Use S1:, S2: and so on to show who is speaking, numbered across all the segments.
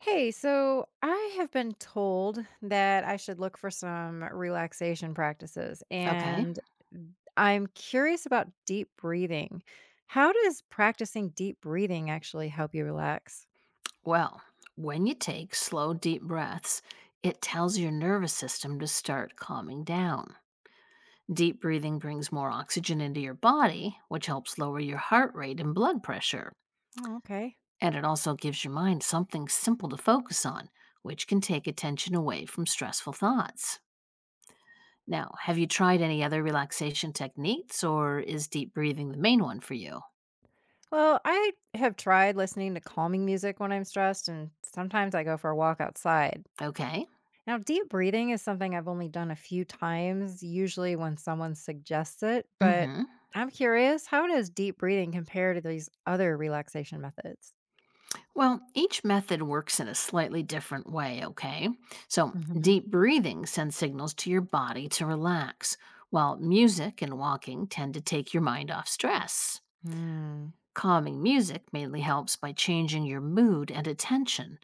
S1: Hey, so I have been told that I should look for some relaxation practices,
S2: Okay.
S1: and I'm curious about deep breathing. How does practicing deep breathing actually help you relax?
S2: Well, when you take slow, deep breaths, it tells your nervous system to start calming down. Deep breathing brings more oxygen into your body, which helps lower your heart rate and blood pressure.
S1: Oh, okay.
S2: And it also gives your mind something simple to focus on, which can take attention away from stressful thoughts. Now, have you tried any other relaxation techniques, or is deep breathing the main one for you?
S1: Well, I have tried listening to calming music when I'm stressed, and sometimes I go for a walk outside.
S2: Okay.
S1: Now, deep breathing is something I've only done a few times, usually when someone suggests it,
S2: Mm
S1: but
S2: hmm.
S1: I'm curious, how does deep breathing compare to these other relaxation methods?
S2: Well, each method works in a slightly different way, okay? So,
S1: Hmm.
S2: deep breathing sends signals to your body to relax, while music and walking tend to take your mind off stress.
S1: Hmm.
S2: Calming music mainly helps by changing your mood and attention.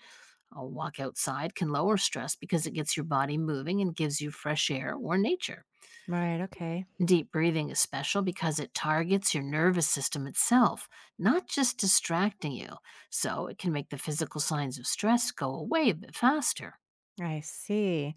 S2: A walk outside can lower stress because it gets your body moving and gives you fresh air or nature.
S1: Right. Okay.
S2: Deep breathing is special because it targets your nervous system itself, not just distracting you, so it can make the physical signs of stress go away a bit faster.
S1: I see.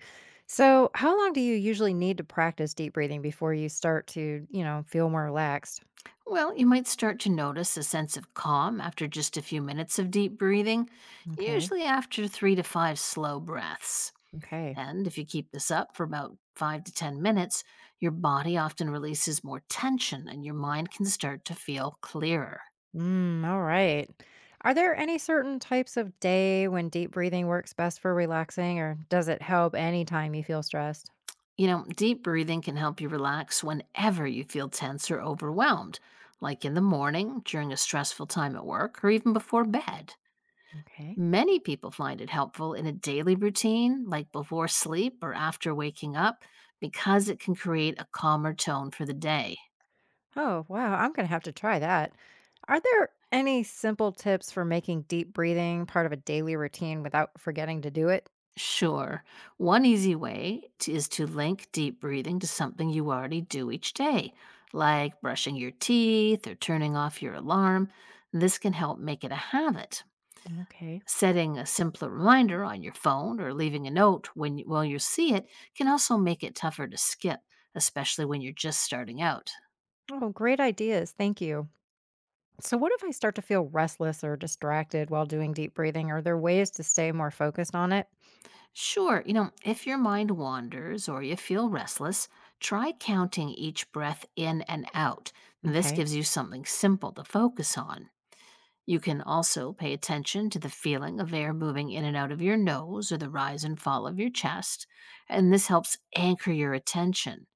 S1: So, how long do you usually need to practice deep breathing before you start to, feel more relaxed?
S2: Well, you might start to notice a sense of calm after just a few minutes of deep breathing,
S1: Okay.
S2: usually after three to five slow breaths.
S1: Okay.
S2: And if you keep this up for about 5 to 10 minutes, your body often releases more tension and your mind can start to feel clearer.
S1: Mm, all right. Are there any certain types of day when deep breathing works best for relaxing, or does it help anytime you feel stressed?
S2: You know, deep breathing can help you relax whenever you feel tense or overwhelmed, like in the morning, during a stressful time at work, or even before bed.
S1: Okay.
S2: Many people find it helpful in a daily routine, like before sleep or after waking up, because it can create a calmer tone for the day.
S1: Oh, wow. I'm going to have to try that. Are there any simple tips for making deep breathing part of a daily routine without forgetting to do it?
S2: Sure, one easy way is to link deep breathing to something you already do each day, like brushing your teeth or turning off your alarm. This can help make it a habit.
S1: Okay.
S2: Setting a simpler reminder on your phone or leaving a note when while you see it can also make it tougher to skip, especially when you're just starting out.
S1: Oh, great ideas. Thank you. So, what if I start to feel restless or distracted while doing deep breathing? Are there ways to stay more focused on it?
S2: Sure, you know, if your mind wanders or you feel restless, try counting each breath in and out. This
S1: Okay.
S2: gives you something simple to focus on. You can also pay attention to the feeling of air moving in and out of your nose or the rise and fall of your chest, and this helps anchor your attention.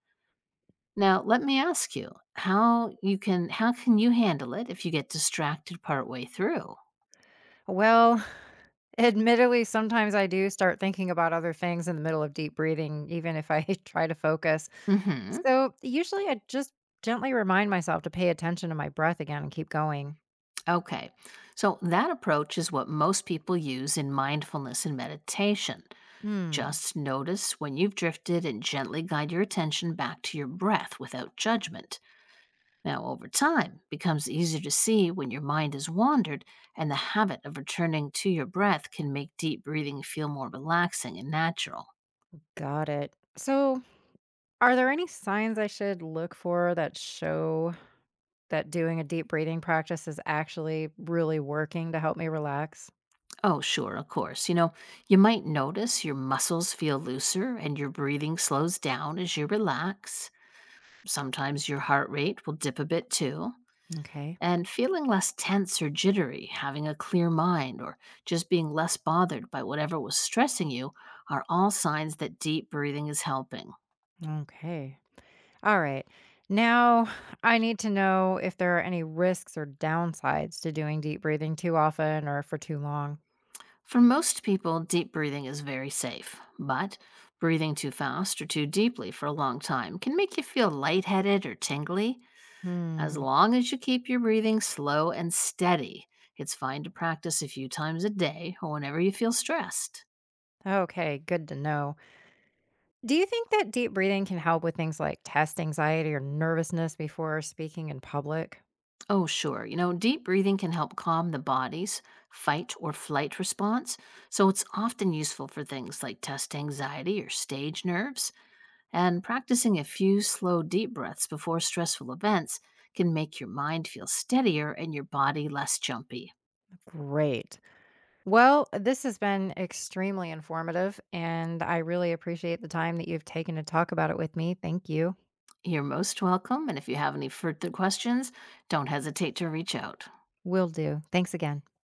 S2: Now, let me ask you, how can you handle it if you get distracted partway through?
S1: Well, admittedly, sometimes I do start thinking about other things in the middle of deep breathing, even if I try to focus.
S2: Mhm.
S1: So, usually I just gently remind myself to pay attention to my breath again and keep going.
S2: Okay. So that approach is what most people use in mindfulness and meditation.
S1: Hmm,
S2: Just notice when you've drifted and gently guide your attention back to your breath without judgment. Now, over time, it becomes easier to see when your mind has wandered, and the habit of returning to your breath can make deep breathing feel more relaxing and natural.
S1: got it. So, are there any signs I should look for that show that doing a deep breathing practice is actually really working to help me relax?
S2: Oh, sure, of course. You know, you might notice your muscles feel looser and your breathing slows down as you relax. Sometimes your heart rate will dip a bit too.
S1: Okay.
S2: And feeling less tense or jittery, having a clear mind, or just being less bothered by whatever was stressing you are all signs that deep breathing is helping.
S1: Okay. All right. Now, I need to know if there are any risks or downsides to doing deep breathing too often or for too long.
S2: For most people, deep breathing is very safe, but breathing too fast or too deeply for a long time can make you feel lightheaded or tingly. As
S1: Hmm.
S2: long as you keep your breathing slow and steady, it's fine to practice a few times a day or whenever you feel stressed.
S1: Okay. Good to know. Do you think that deep breathing can help with things like test anxiety or nervousness before speaking in public?
S2: Oh, sure, you know, deep breathing can help calm the body's fight or flight response, so it's often useful for things like test anxiety or stage nerves. And practicing a few slow, deep breaths before stressful events can make your mind feel steadier and your body less jumpy.
S1: Great. Well, this has been extremely informative, and I really appreciate the time that you've taken to talk about it with me. Thank you.
S2: You're most welcome, and if you have any further questions, don't hesitate to reach out.
S1: Will do. Thanks again.